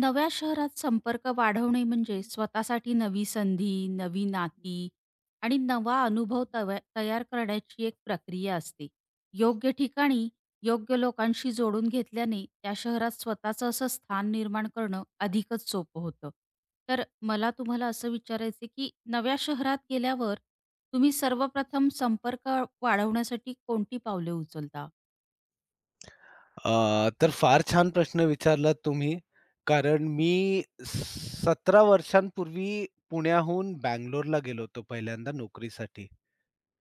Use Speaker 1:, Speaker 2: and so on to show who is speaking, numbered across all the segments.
Speaker 1: नव्या शहरात संपर्क वाढवणे म्हणजे स्वतःसाठी नवी संधी, नवी नाती आणि नवा अनुभव तयार करण्याची एक प्रक्रिया असते. योग्य ठिकाणी योग्य लोकांशी जोडून घेतल्याने त्या शहरात स्वतःचं असं स्थान निर्माण करणं अधिकच सोपं होतं. तर मला तुम्हाला असं विचारायचं की नव्या शहरात गेल्यावर तुम्ही सर्वप्रथम संपर्क वाढवण्यासाठी कोणती पावले उचलता?
Speaker 2: तर फार छान प्रश्न विचारलात तुम्ही. कारण मी 17 वर्षांपूर्वी पुण्याहून बंगलोरला गेलो होतो पहिल्यांदा नोकरीसाठी.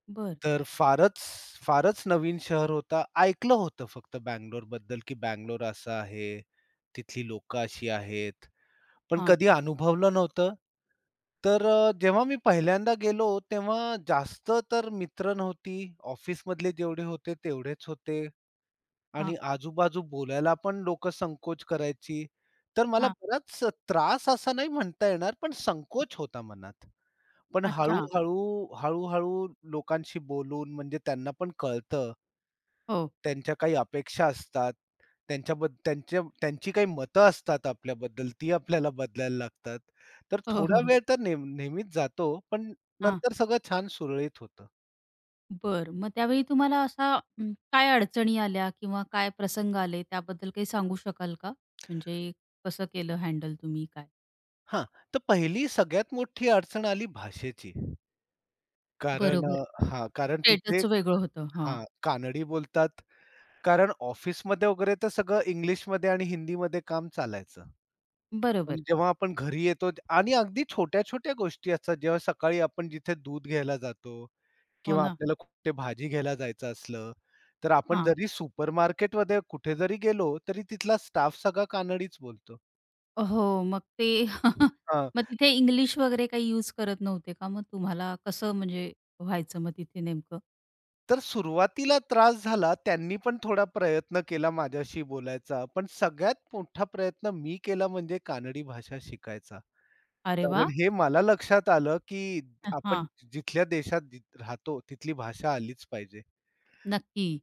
Speaker 1: बरं.
Speaker 2: तर फारच, फारच नवीन शहर होता. ऐकलं होतं फक्त बँगलोर बद्दल की बंगलोर असं आहे, तिथली लोकं अशी आहेत, पण
Speaker 1: हां,
Speaker 2: कधी अनुभवलं नव्हतं. जेव्हा मी पहिल्यांदा गेलो तेव्हा जास्त तर मित्र नव्हती. ऑफिसमधले जेवढे होते तेवढेच होते. आणि
Speaker 1: हां,
Speaker 2: आजूबाजू बोलायला पण लोक संकोच करायची. तर मला
Speaker 1: हां.
Speaker 2: बराच त्रास असा नाही म्हणता येणार, पण संकोच होता मनात. पण
Speaker 1: अच्छा.
Speaker 2: हळू-हळू, हळू लोकांशी बोलून म्हणजे त्यांना पण कळतं,
Speaker 1: हो.
Speaker 2: त्यांच्या काही अपेक्षा असतात. त्यांच्याबद्द त्यांच्या त्यांची काही मतं असतात आपल्याबद्दल, ती आपल्याला बदलायला लागतात. तर
Speaker 1: हो, हो,
Speaker 2: थोडा
Speaker 1: हो.
Speaker 2: वेळ तर नेहमीच जातो, पण
Speaker 1: हां.
Speaker 2: नंतर सगळं छान सुरळीत होतं.
Speaker 1: बरं. मग त्यावेळी तुम्हाला असा काय अडचणी आल्या किंवा काय प्रसंग आले त्याबद्दल काही सांगू शकाल का? म्हणजे कसं केलं हँडल तुम्ही काय?
Speaker 2: हां, तर पहिली सगळ्यात मोठी अडचण आली भाषेची. कारण
Speaker 1: बरोबर.
Speaker 2: अ, हां, कारण तिथे
Speaker 1: स्टेटसच वेगळं होतं. हां.
Speaker 2: हां, कानडी बोलतात. कारण ऑफिसमध्ये वगैरे तर सगळं इंग्लिशमध्ये आणि हिंदीमध्ये काम चालायचं. पण
Speaker 1: बरोबर.
Speaker 2: जेव्हा आपण घरी येतो आणि अगदी छोट्या-छोट्या गोष्टी असतात. जेव्हा सकाळी आपण जिथे दूध घ्यायला जातो
Speaker 1: हो
Speaker 2: किंवा
Speaker 1: ना.
Speaker 2: आपल्याला कुठे भाजी घ्यायला जायचं असलं, तर आपण
Speaker 1: हां.
Speaker 2: जरी सुपरमार्केटमध्ये कुठे जरी गेलो, तरी तिथला स्टाफ सगळा कानडीच बोलतो.
Speaker 1: हो. मग ते मग तिथे इंग्लिश वगैरे काही यूज करत नव्हते का? मग तुम्हाला कसं म्हणजे व्हायचं मग तिथे नेमकं?
Speaker 2: तर सुरुवातीला त्रास झाला. त्यांनी पण थोडा प्रयत्न केला माझ्याशी बोलायचा. पण सगळ्यात मोठा प्रयत्न मी केला म्हणजे कानडी भाषा शिकायचा.
Speaker 1: अरे वाह!
Speaker 2: कारण हे मला लक्षात आलं, की आपण
Speaker 1: हां.
Speaker 2: जिथल्या देशात राहतो तिथली भाषा आलीच पाहिजे.
Speaker 1: नक्की.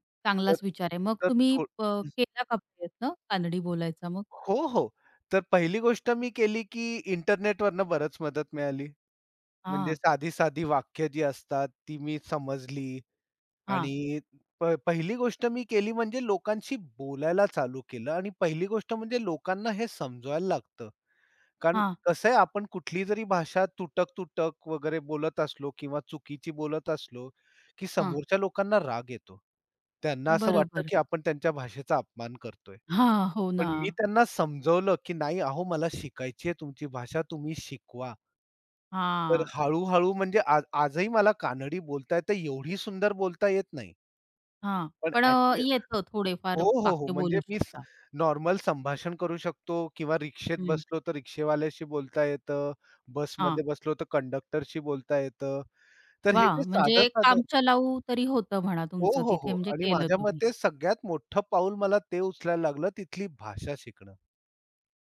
Speaker 2: तर
Speaker 1: चांगलाच विचार आहे. मग
Speaker 2: तर
Speaker 1: तुम्ही
Speaker 2: थो
Speaker 1: केला का प्रयत्न कानडी बोलायचा मग?
Speaker 2: हो, हो. तर पहिली गोष्ट मी केली, की इंटरनेटवरनं बरंच मदत मिळाली. म्हणजे
Speaker 1: हां.
Speaker 2: साधी-साधी वाक्य जी असतात ती मी समजली.
Speaker 1: हां.
Speaker 2: आणि पहिली गोष्ट मी केली म्हणजे लोकांशी बोलायला चालू केलं आणि पहिली गोष्ट म्हणजे लोकांना हे समजवायला लागतं. कारण
Speaker 1: हां.
Speaker 2: कसं आहे आपण कुठली जरी भाषा तुटक-तुटक वगैरे बोलत असलो किंवा चुकीची बोलत असलो, की
Speaker 1: हां.
Speaker 2: समोरच्या लोकांना राग येतो. त्यांना असं वाटतं,
Speaker 1: बरोबर.
Speaker 2: की आपण त्यांच्या भाषेचा अपमान करतोय.
Speaker 1: हां, हो
Speaker 2: पण
Speaker 1: ना.
Speaker 2: मी त्यांना समजवलं, की "नाही अहो मला शिकायची आहे तुमची भाषा, तुम्ही शिकवा." तर
Speaker 1: हां,
Speaker 2: हळू म्हणजे आज आजही मला कानडी बोलता येते, एवढी सुंदर बोलता येत नाही.
Speaker 1: हां.
Speaker 2: पण
Speaker 1: पण
Speaker 2: ॲट
Speaker 1: येतं
Speaker 2: हो,
Speaker 1: थोडेफार
Speaker 2: हो, हो.
Speaker 1: वाक्य
Speaker 2: म्हणजे
Speaker 1: बोलू
Speaker 2: मी
Speaker 1: शकता.
Speaker 2: नॉर्मल संभाषण करू शकतो किंवा रिक्षेत
Speaker 1: हं.
Speaker 2: बसलो तर रिक्षेवाल्याशी बोलता येतं,
Speaker 1: हां.
Speaker 2: बसमध्ये बसलो तर कंडक्टरशी बोलता येतं. तर हे जे
Speaker 1: वाह! म्हणजे
Speaker 2: साधं-साधं
Speaker 1: काम चलाऊ तरी होतं म्हणा
Speaker 2: हो,
Speaker 1: तुमचं
Speaker 2: हो,
Speaker 1: तिथे
Speaker 2: हो.
Speaker 1: म्हणजे
Speaker 2: आणि
Speaker 1: केलं
Speaker 2: माझ्या
Speaker 1: तुम्ही.
Speaker 2: मते सगळ्यात मोठं पाऊल मला ते उचलायला लागलं तिथली भाषा शिकणं.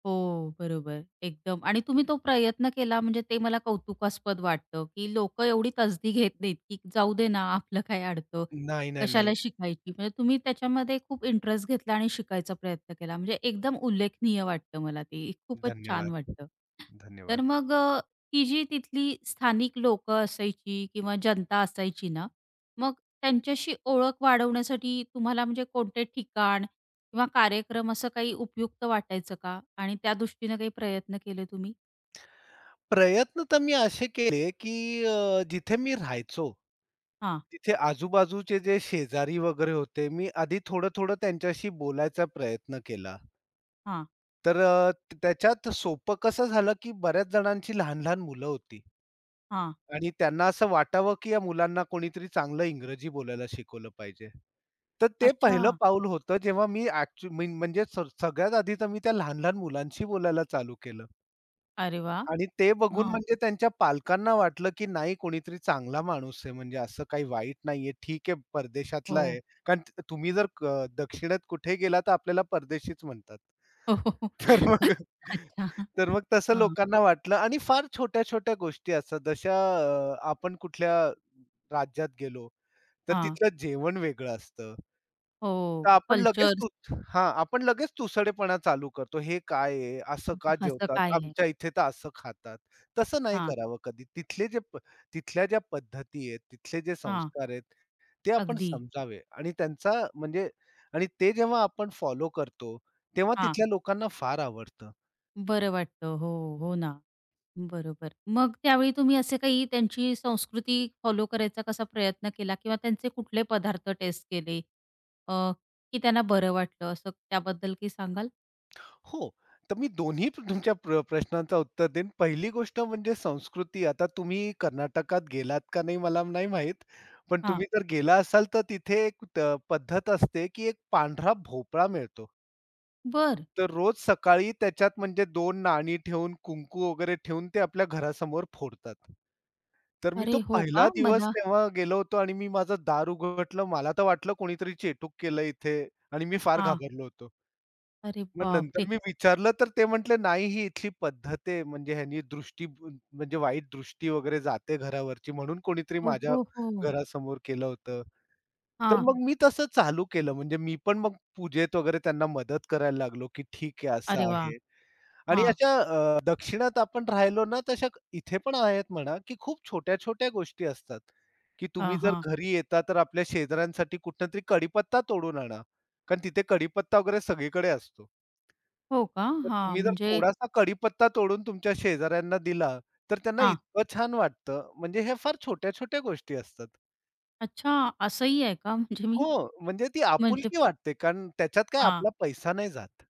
Speaker 1: हो, बरोबर. एकदम आणि तुम्ही तो प्रयत्न केला म्हणजे ते मला कौतुकास्पद वाटतं, की लोकं एवढी तसदी घेत नाहीत, की जाऊ दे ना, आपलं काय अडतं,
Speaker 2: नाही, नाही,
Speaker 1: कशाला
Speaker 2: नाही.
Speaker 1: शिकायची. म्हणजे तुम्ही त्याच्यामध्ये खूप इंटरेस्ट घेतला आणि शिकायचा प्रयत्न केला. म्हणजे एकदम उल्लेखनीय वाटतं मला ते. खूपच छान
Speaker 2: धन्यवाद.
Speaker 1: वाटतं. तर
Speaker 2: धन्यवाद.
Speaker 1: मग ती जी तिथली स्थानिक लोकं असायची किंवा जनता असायची ना, मग त्यांच्याशी ओळख वाढवण्यासाठी तुम्हाला म्हणजे कोणते ठिकाण किंवा कार्यक्रम असं काही उपयुक्त वाटायचं का? आणि त्या दृष्टीने काही प्रयत्न केले तुम्ही?
Speaker 2: प्रयत्न तर मी असे केले, की जिथे मी राहायचो,
Speaker 1: हां,
Speaker 2: तिथे आजूबाजूचे जे शेजारी वगैरे होते, मी आधी थोडं-थोडं त्यांच्याशी बोलायचा प्रयत्न केला.
Speaker 1: हां,
Speaker 2: त्याच्यात सोपं कसं झालं, की बऱ्याच जणांची लहान-लहान मुलं होती
Speaker 1: हां.
Speaker 2: आणि त्यांना असं वाटावं, की या मुलांना कोणीतरी चांगलं इंग्रजी बोलायला शिकवलं पाहिजे. तर ते
Speaker 1: अच्छा.
Speaker 2: पहिलं पाऊल होतं, जेव्हा मी ॲक्चु मी म्हणजे स सगळ्यात आधी तर मी त्या लहान-लहान मुलांशी बोलायला चालू केलं.
Speaker 1: अरे वाह!
Speaker 2: आणि ते बघून
Speaker 1: हां.
Speaker 2: म्हणजे त्यांच्या पालकांना वाटलं, की नाही कोणीतरी चांगला माणूस आहे, म्हणजे असं काही वाईट नाहीये. ठीक आहे, परदेशातला आहे.
Speaker 1: हो.
Speaker 2: कारण तुम्ही जर दक्षिणेत कुठे गेला, तर आपल्याला परदेशीच म्हणतात.
Speaker 1: हो, हो, हो.
Speaker 2: तर मग
Speaker 1: अच्छा.
Speaker 2: तर मग तसं
Speaker 1: हां,
Speaker 2: लोकांना वाटलं आणि फार छोट्या-छोट्या गोष्टी असतात. जशा आपण कुठल्या राज्यात गेलो, तर
Speaker 1: हां.
Speaker 2: तिथलं जेवण वेगळं असतं. तर
Speaker 1: हो.
Speaker 2: आपण लगेच
Speaker 1: कल्चर
Speaker 2: तू हां, आपण लगेच तुसडेपणा चालू करतो. हे काय आहे? असं का
Speaker 1: असं
Speaker 2: जेवतात?
Speaker 1: काय आहे?
Speaker 2: आमच्या इथे तर असं खातात. तसं नाही
Speaker 1: हां,
Speaker 2: करावं कधी. तिथले जे प तिथल्या ज्या पद्धती आहेत, तिथले जे
Speaker 1: हां.
Speaker 2: संस्कार आहेत, ते आपण
Speaker 1: अगदी.
Speaker 2: समजावे आणि त्यांचा म्हणजे आणि ते जेव्हा आपण फॉलो करतो, तेव्हा
Speaker 1: हां.
Speaker 2: तिथल्या लोकांना फार आवडतं.
Speaker 1: बरं वाटतं. हो, हो ना. बरोबर. मग त्यावेळी तुम्ही असे काही त्यांची संस्कृती फॉलो करायचा कसा प्रयत्न केला किंवा त्यांचे कुठले पदार्थ टेस्ट केले? अ, की त्यांना बरं वाटलं असं त्याबद्दल काही सांगाल?
Speaker 2: हो. तर मी दोन्ही तुमच्या प्रश्नांचं उत्तर देईन. पहिली गोष्ट म्हणजे संस्कृती. आता तुम्ही कर्नाटकात गेलात का नाही मला नाही माहीत. पण
Speaker 1: हां.
Speaker 2: तुम्ही जर गेला असाल तर तिथे एक पद्धत असते, की एक पांढरा भोपळा मिळतो.
Speaker 1: बरं.
Speaker 2: तर रोज सकाळी त्याच्यात म्हणजे 2 नाणी ठेवून, कुंकू वगैरे ठेवून ते आपल्या घरासमोर फोडतात. तर मी
Speaker 1: अरे
Speaker 2: तो
Speaker 1: हो का?
Speaker 2: पहिला दिवस
Speaker 1: मला
Speaker 2: तेव्हा गेलो होतो आणि मी माझं दार उघडलं. मला तर वाटलं कोणीतरी चेटूक केलं इथे आणि मी फार
Speaker 1: हां.
Speaker 2: घाबरलो होतो.
Speaker 1: अरे
Speaker 2: मग नंतर
Speaker 1: बापरे!
Speaker 2: मी विचारलं तर ते म्हटले, "नाही ही इथली पद्धत आहे. म्हणजे ह्यानी दृष्टी म्हणजे वाईट दृष्टी वगैरे जाते घरावरची म्हणून कोणीतरी
Speaker 1: हो,
Speaker 2: माझ्या
Speaker 1: हो, हो.
Speaker 2: घरासमोर केलं होतं." तर
Speaker 1: हां.
Speaker 2: मग मी तसं चालू केलं. म्हणजे मी पण मग पूजेत वगैरे त्यांना मदत करायला लागलो, की ठीक आहे असं
Speaker 1: अरे वाह!
Speaker 2: आहे. आणि
Speaker 1: हां,
Speaker 2: अशा अ, दक्षिणात आपण राहिलो ना इथे पण आहेत म्हणा, की खूप छोट्या-छोट्या गोष्टी असतात, की तुम्ही
Speaker 1: हां,
Speaker 2: जर
Speaker 1: हां.
Speaker 2: घरी येता तर आपल्या शेजाऱ्यांसाठी कुठूनतरी कढीपत्ता तोडून आणा. कारण तिथे कढीपत्ता वगैरे सगळीकडे असतो.
Speaker 1: हो का?
Speaker 2: तर
Speaker 1: हां,
Speaker 2: तुम्ही जर
Speaker 1: म्हणजे
Speaker 2: थोडासा कढीपत्ता तोडून तुमच्या शेजाऱ्यांना दिला, तर त्यांना
Speaker 1: हां.
Speaker 2: इतकं छान वाटतं. म्हणजे ह्या फार छोट्या-छोट्या गोष्टी असतात.
Speaker 1: अच्छा असंही आहे का? म्हणजे मी
Speaker 2: हो, म्हणजे ती
Speaker 1: म्हणजे
Speaker 2: आपुलकी वाटते, कारण त्याच्यात काय
Speaker 1: हां.
Speaker 2: आपला पैसा नाही जात.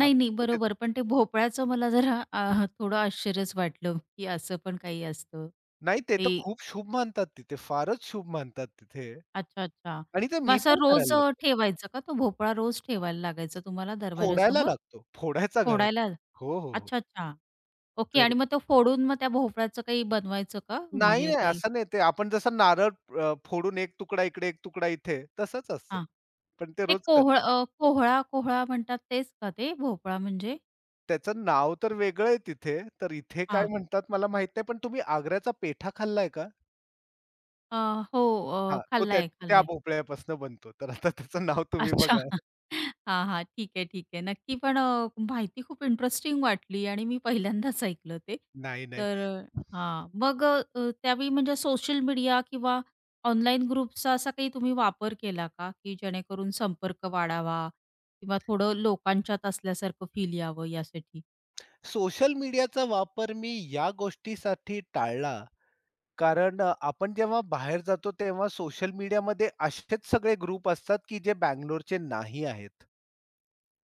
Speaker 2: आप
Speaker 1: नाही.
Speaker 2: म्हणजे
Speaker 1: बरोबर. पण ते भोपळ्याचं मला जरा थोडं आश्चर्यच वाटलं, की असं पण काही असतं.
Speaker 2: नाही ते तर
Speaker 1: ते
Speaker 2: खूप शुभ मानतात तिथे, फारच शुभ मानतात तिथे
Speaker 1: अच्छा, अच्छा.
Speaker 2: आणि ते
Speaker 1: मग
Speaker 2: मी
Speaker 1: असा
Speaker 2: पण
Speaker 1: रोज
Speaker 2: करायला लागलो.
Speaker 1: ठेवायचा का तो भोपळा रोज ठेवायला लागायचा तुम्हाला
Speaker 2: फोडायला
Speaker 1: दरवाजासमोर?
Speaker 2: लागतो, फोडायचा घरात.
Speaker 1: फोडायला?
Speaker 2: हो, हो, हो.
Speaker 1: अच्छा, अच्छा. ओके
Speaker 2: तर
Speaker 1: आणि मग तो फोडून मग त्या भोपळ्याचं काही बनवायचं का?
Speaker 2: नाही,
Speaker 1: म्हणजे
Speaker 2: नाही
Speaker 1: काही
Speaker 2: असं नाही ते आपण जसं नारळ फोडून एक तुकडा इकडे, एक तुकडा इथे तसंच असतं.
Speaker 1: हां.
Speaker 2: पण ते
Speaker 1: ते
Speaker 2: रोज
Speaker 1: कोहळ
Speaker 2: करायचं.
Speaker 1: अ, कोहळा कोहळा म्हणतात तेच का ते भोपळा म्हणजे?
Speaker 2: त्याचं नाव तर वेगळं आहे तिथे, तर इथे काय
Speaker 1: हां.
Speaker 2: म्हणतात मला माहीत नाही. पण तुम्ही आग्र्याचा पेठा खाल्लाय का?
Speaker 1: अ, हो,
Speaker 2: हां, तो त्या
Speaker 1: खाल्लाय,
Speaker 2: त्या
Speaker 1: खाल्लाय.
Speaker 2: भोपळ्यापासून बनतो. तर आता त्याचं नाव तुम्ही
Speaker 1: अच्छा.
Speaker 2: बघा.
Speaker 1: हां, हां. ठीक आहे, ठीक आहे. नक्की पण माहिती खूप इंटरेस्टिंग वाटली आणि मी पहिल्यांदाच ऐकलं ते.
Speaker 2: नाही, नाही.
Speaker 1: तर हां. मग त्यावेळी म्हणजे सोशल मीडिया किंवा ऑनलाईन ग्रुप्सचा असा काही तुम्ही वापर केला का? की जेणेकरून संपर्क वाढावा किंवा थोडं लोकांच्यात असल्यासारखं फील यावं यासाठी?
Speaker 2: सोशल मीडियाचा वापर मी या गोष्टीसाठी टाळला, कारण आपण जेव्हा बाहेर जातो तेव्हा सोशल मीडियामध्ये असेच सगळे ग्रुप असतात, की जे बंगलोरचे नाही आहेत.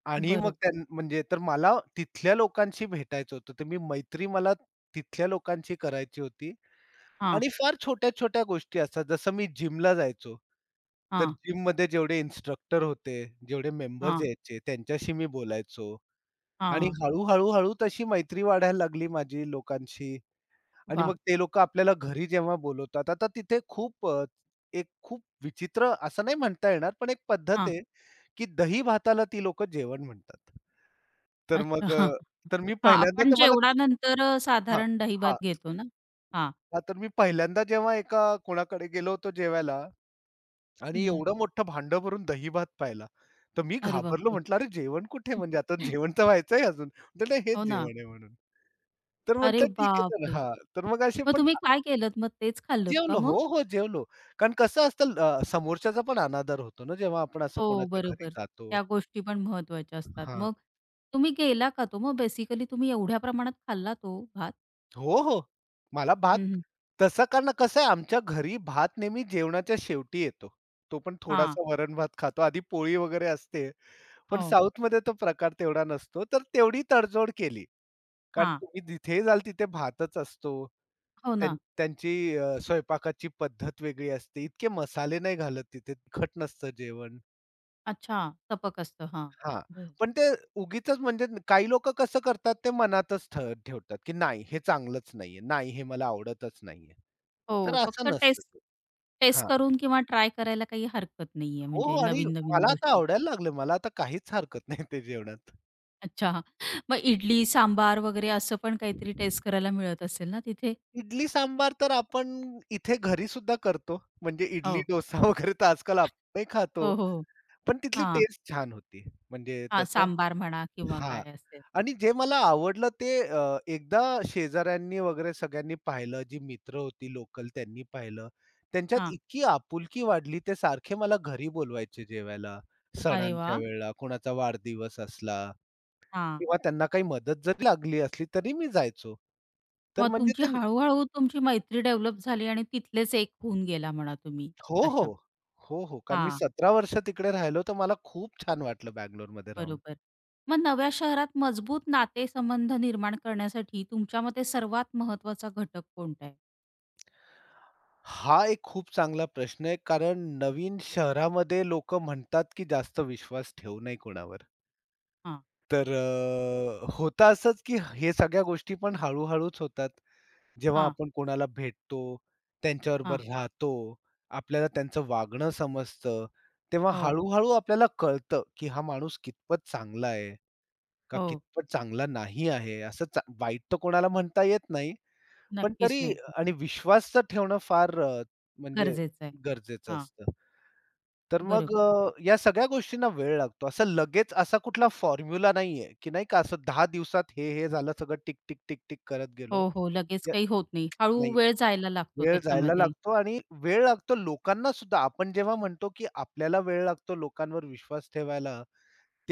Speaker 2: आणि मग
Speaker 1: बरोबर.
Speaker 2: त्यां म्हणजे तर मला तिथल्या लोकांशी भेटायचं होतं. तर मी मैत्री मला तिथल्या लोकांशी करायची होती.
Speaker 1: हां,
Speaker 2: आणि फार छोट्या-छोट्या गोष्टी असतात. जसं मी जिमला जायचो. तर
Speaker 1: हां,
Speaker 2: जिममध्ये जेवढे इन्स्ट्रक्टर होते, जेवढे मेंबर्स
Speaker 1: हां,
Speaker 2: यायचे त्यांच्याशी मी बोलायचो आणि
Speaker 1: हां.
Speaker 2: हळू-हळू, तशी मैत्री वाढायला लागली माझी लोकांशी आणि
Speaker 1: वाह!
Speaker 2: मग ते लोकं आपल्याला घरी जेव्हा बोलवतात, आता तिथे खूप एक खूप विचित्र असं नाही म्हणता येणार, पण एक पद्धत
Speaker 1: हां.
Speaker 2: आहे, की दही भाताला ती लोकं जेवण म्हणतात. तर
Speaker 1: अच्छा.
Speaker 2: मग अ,
Speaker 1: हां,
Speaker 2: तर मी
Speaker 1: हां.
Speaker 2: पहिल्यांदा
Speaker 1: आपण
Speaker 2: तर मला
Speaker 1: जेवणानंतर
Speaker 2: हां,
Speaker 1: साधारण दहीभात
Speaker 2: हां.
Speaker 1: घेतो ना? हां.
Speaker 2: हां, तर मी पहिल्यांदा जेव्हा एका कोणाकडे गेलो होतो जेवायला आणि
Speaker 1: हं,
Speaker 2: एवढं मोठं भांडं भरून दहीभात पाहिला. तर मी
Speaker 1: अरे
Speaker 2: घाबरलो
Speaker 1: बापरे!
Speaker 2: म्हटलं, "अरे जेवण कुठे? म्हणजे आता जेवण तर व्हायचंय अजून." म्हटलं, "नाही हेच
Speaker 1: हो ना.
Speaker 2: जेवण आहे म्हणून." तर
Speaker 1: अरे
Speaker 2: म्हटलं, "ठीक आहे तर."
Speaker 1: बापरे!
Speaker 2: हां, तर मग असे
Speaker 1: मग
Speaker 2: पण
Speaker 1: तुम्ही काय केलत मग तेच खाल्लत का
Speaker 2: जेवलो. हो,
Speaker 1: मग?
Speaker 2: हो जेवलो. कारण कसं असतं समोरच्याचा पण अनादर होतो ना जेव्हा आपण असं
Speaker 1: हो,
Speaker 2: कोणाच्या घरी
Speaker 1: बरोबर.
Speaker 2: जातो.
Speaker 1: त्या गोष्टी पण महत्वाच्या असतात.
Speaker 2: हां.
Speaker 1: मग तुम्ही गेला का तो? मग बेसिकली तुम्ही एवढ्या प्रमाणात खाल्ला तो भात?
Speaker 2: हो, हो. मला भात
Speaker 1: हं, हं.
Speaker 2: तसं कारण कसं आहे आमच्या घरी भात नेहमी जेवणाच्या शेवटी येतो. तो पण
Speaker 1: हां.
Speaker 2: थोडासा वरण-भात खातो. आधी पोळी वगैरे असते. पण
Speaker 1: हो.
Speaker 2: साऊथमध्ये तो प्रकार तेवढा नसतो. तर तेवढी तडजोड केली. कारण
Speaker 1: हां.
Speaker 2: तुम्ही जिथे जाल तिथे भातच असतो.
Speaker 1: हो
Speaker 2: त्यां
Speaker 1: ना.
Speaker 2: त्यांची स्वयंपाकाची पद्धत वेगळी असते. इतके मसाले नाही घालत तिथे. तिखट नसतं जेवण.
Speaker 1: अच्छा. सपक असतं. हां.
Speaker 2: हां,
Speaker 1: बरं.
Speaker 2: पण ते उगीचच म्हणजे काही लोकं कसं करतात ते मनातच ठेवतात, की नाही हे चांगलंच नाहीये. नाही हे मला आवडतच नाहीये. तर
Speaker 1: हो.
Speaker 2: असं
Speaker 1: फक्त
Speaker 2: नसतं
Speaker 1: टेस्ट
Speaker 2: ते.
Speaker 1: टेस्ट
Speaker 2: हां.
Speaker 1: करून किंवा ट्राय करायला काही हरकत नाहीये
Speaker 2: हो हो,
Speaker 1: म्हणजे
Speaker 2: आणि
Speaker 1: नवीन-नवीन
Speaker 2: मला आता
Speaker 1: गोष्टी.
Speaker 2: आवडायला लागलं. मला आता काहीच हरकत नाही ते जेवणात.
Speaker 1: अच्छा. मग इडली, सांबार वगैरे असं पण काहीतरी टेस्ट करायला मिळत असेल ना तिथे?
Speaker 2: इडली सांबार तर आपण इथे घरी सुद्धा करतो. म्हणजे इडली,
Speaker 1: हो.
Speaker 2: डोसा वगैरे तर आजकाल आपणही खातो.
Speaker 1: हो, हो. हो.
Speaker 2: पण तिथली
Speaker 1: हां.
Speaker 2: टेस्ट छान होती. म्हणजे
Speaker 1: हां,
Speaker 2: तसं
Speaker 1: सांबार म्हणा किंवा
Speaker 2: हां.
Speaker 1: काय असेल.
Speaker 2: आणि जे मला आवडलं ते एकदा शेजाऱ्यांनी वगैरे सगळ्यांनी पाहिलं, जी मित्र होती लोकल त्यांनी पाहिलं. त्यांच्यात
Speaker 1: हां,
Speaker 2: इतकी आपुलकी वाढली ते सारखे मला घरी बोलवायचे जेवायला,
Speaker 1: अरे
Speaker 2: सणांच्या
Speaker 1: वाह!
Speaker 2: वेळेला, कोणाचा वाढदिवस असला
Speaker 1: हां.
Speaker 2: किंवा त्यांना काही मदत जरी लागली असली तरी मी जायचो. तर
Speaker 1: मग
Speaker 2: म्हणजे
Speaker 1: तुमची
Speaker 2: ते
Speaker 1: हळू-हळू तुमची मैत्री डेव्हलप झाली आणि तिथलेच एक होऊन गेला म्हणा तुम्ही
Speaker 2: हो, हो.
Speaker 1: तशा.
Speaker 2: हो, हो. कारण मी
Speaker 1: हां,
Speaker 2: 17 वर्ष तिकडे राहिलो तर मला खूप छान वाटलं बंगलोरमध्ये राहून.
Speaker 1: बरोबर. मग नव्या शहरात मजबूत नातेसंबंध निर्माण करण्यासाठी तुमच्या मते सर्वात महत्त्वाचा घटक कोणता आहे?
Speaker 2: हा एक खूप चांगला प्रश्न आहे. कारण नवीन शहरामध्ये लोकं म्हणतात, की जास्त विश्वास ठेवू नये कोणावर.
Speaker 1: हां,
Speaker 2: तर होतं असंच, की हे सगळ्या गोष्टी पण हळू-हळूच होतात. जेव्हा
Speaker 1: हां,
Speaker 2: आपण कोणाला भेटतो,
Speaker 1: हां.
Speaker 2: त्यांच्याबरोबर राहतो, आपल्याला त्यांचं वागणं समजतं, तेव्हा
Speaker 1: हो,
Speaker 2: हळू आपल्याला कळतं, की हा माणूस कितपत चांगला आहे का
Speaker 1: हो.
Speaker 2: कितपत चांगला नाही आहे. असं वाईट तर कोणाला म्हणता येत नाही. पण
Speaker 1: नक्कीच
Speaker 2: तरी
Speaker 1: नाही.
Speaker 2: आणि विश्वास तर ठेवणं फार अ, म्हणजे
Speaker 1: गरजेचं आहे.
Speaker 2: गरजेचं
Speaker 1: हां.
Speaker 2: असतं. तर मग
Speaker 1: बरोबर.
Speaker 2: अ, या सगळ्या गोष्टींना वेळ लागतो. असं लगेच असा कुठला फॉर्म्युला नाहीये, की नाही का असं 10 दिवसात हे झालं सगळं टिक, टिक, टिक, टिक करत
Speaker 1: हो,
Speaker 2: गेलो.
Speaker 1: हो. लगेच
Speaker 2: या
Speaker 1: काही होत नाही. हळू
Speaker 2: नाही.
Speaker 1: वेळ जायला लागतो
Speaker 2: वेळ जायला
Speaker 1: त्याच्यामध्ये.
Speaker 2: लागतो आणि वेळ लागतो लोकांना सुद्धा. आपण जेव्हा म्हणतो, की आपल्याला वेळ लागतो लोकांवर विश्वास ठेवायला,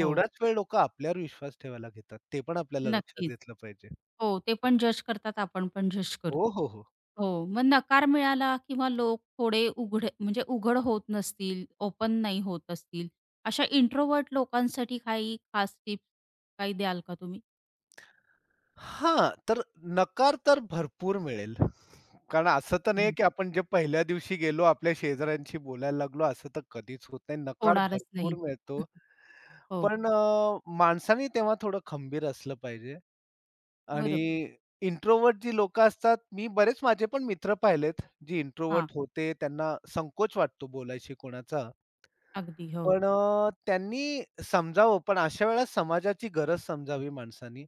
Speaker 1: हो.
Speaker 2: वेळ लोकं आपल्यावर विश्वास ठेवायला घेतात. ते पण आपल्याला लक्षात
Speaker 1: नक्कीच.
Speaker 2: घेतलं पाहिजे.
Speaker 1: हो, ते पण जज करतात, आपण पण जज करतो.
Speaker 2: हो, हो, हो.
Speaker 1: हो, मग नकार मिळाला किंवा लोक थोडे उघडे म्हणजे उघड होत नसतील, ओपन नाही होत असतील, अशा इंट्रोवर्ट लोकांसाठी काही खास टिप्स काही द्याल का तुम्ही?
Speaker 2: हां, तर नकार तर भरपूर मिळेल. कारण असं तर नाही,
Speaker 1: हं.
Speaker 2: की आपण जे पहिल्या दिवशी गेलो आपल्या शेजाऱ्यांशी बोलायला लागलो असं तर कधीच होत नाही. नकार
Speaker 1: होणारच
Speaker 2: भरपूर
Speaker 1: नाही.
Speaker 2: मिळतो.
Speaker 1: हो,
Speaker 2: पण माणसाने तेव्हा थोडं खंबीर असलं पाहिजे आणि
Speaker 1: बरोबर.
Speaker 2: इंट्रोवर्ट जी लोकं असतात, मी बरेच माझे पण मित्र पाहिलेत, जे
Speaker 1: हां,
Speaker 2: इंट्रोव्हर्ट होते. त्यांना संकोच वाटतो बोलायशी कोणाचा.
Speaker 1: अगदी. हो.
Speaker 2: पण अ, त्यांनी समजावं पण अशा वेळेला समाजाची गरज समजावी माणसानी.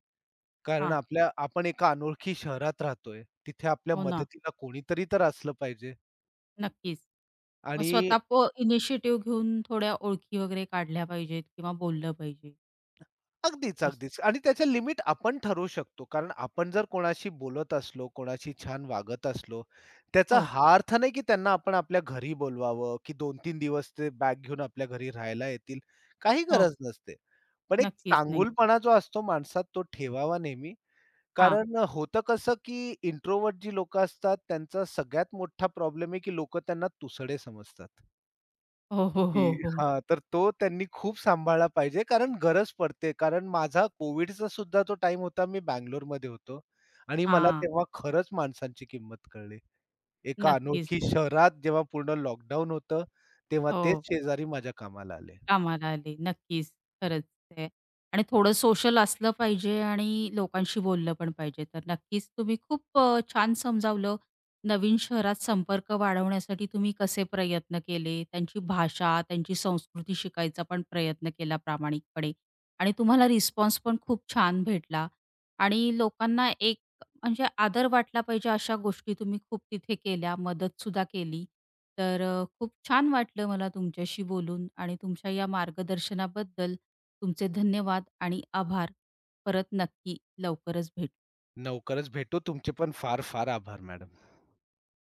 Speaker 2: कारण
Speaker 1: हां,
Speaker 2: आपण एका अनोळखी शहरात राहतोय. तिथे आपल्या
Speaker 1: हो ना,
Speaker 2: मदतीला कोणीतरी तर असलं पाहिजे
Speaker 1: नक्कीच. मग
Speaker 2: आणि
Speaker 1: स्वतः इनिशिएटिव्ह घेऊन थोड्या ओळखी वगैरे काढल्या पाहिजेत किंवा बोललं पाहिजे
Speaker 2: अगदीच,
Speaker 1: असं.
Speaker 2: अगदीच आणि त्याच्या लिमिट आपण ठरवू शकतो. कारण आपण जर कोणाशी बोलत असलो, कोणाशी छान वागत असलो, त्याचा
Speaker 1: हो,
Speaker 2: हा अर्थ नाही की त्यांना आपण आपल्या घरी बोलवावं, की 2-3 दिवस ते बॅग घेऊन आपल्या घरी राहायला येतील. काही
Speaker 1: हो,
Speaker 2: गरज नसते. पण एक
Speaker 1: नक्कीच नाही.
Speaker 2: चांगुलपणा जो असतो माणसात तो ठेवावा नेहमी
Speaker 1: हां.
Speaker 2: कारण होतं कसं, की इंट्रोवर्ट जी लोकं असतात, त्यांचा सगळ्यात मोठा प्रॉब्लेम आहे, की लोकं त्यांना तुसडे समजतात.
Speaker 1: हो, हो,
Speaker 2: की
Speaker 1: हो, हो.
Speaker 2: हां, तर तो त्यांनी खूप सांभाळला पाहिजे, कारण गरज पडते. कारण माझा कोविडचा सुद्धा तो टाइम होता, मी बंगलोरमध्ये होतो आणि मला
Speaker 1: हां,
Speaker 2: तेव्हा खरंच माणसांची किंमत कळली. एका
Speaker 1: नक्कीच.
Speaker 2: अनोळखी शहरात जेव्हा पूर्ण लॉकडाऊन होतं, तेव्हा तेच
Speaker 1: हो,
Speaker 2: शेजारी माझ्या कामाला आले.
Speaker 1: कामाला आली. नक्कीच, खरंच आहे. आणि थोडं सोशल असलं पाहिजे आणि लोकांशी बोललं पण पाहिजे. तर नक्कीच तुम्ही खूप छान समजावलं. नवीन शहरात संपर्क वाढवण्यासाठी तुम्ही कसे प्रयत्न केले, त्यांची भाषा, त्यांची संस्कृती शिकायचा पण प्रयत्न केला प्रामाणिकपणे आणि तुम्हाला रिस्पॉन्स पण खूप छान भेटला आणि लोकांना म्हणजे आदर वाटला पाहिजे अशा गोष्टी तुम्ही खूप तिथे केल्या, मदतसुद्धा केली. तर खूप छान वाटलं मला तुमच्याशी बोलून आणि तुमच्या या मार्गदर्शनाबद्दल तुमचे धन्यवाद आणि आभार. परत नक्की लवकरच भेटू.
Speaker 2: लवकरच भेटू. तुमचे पण फार-फार आभार मॅडम.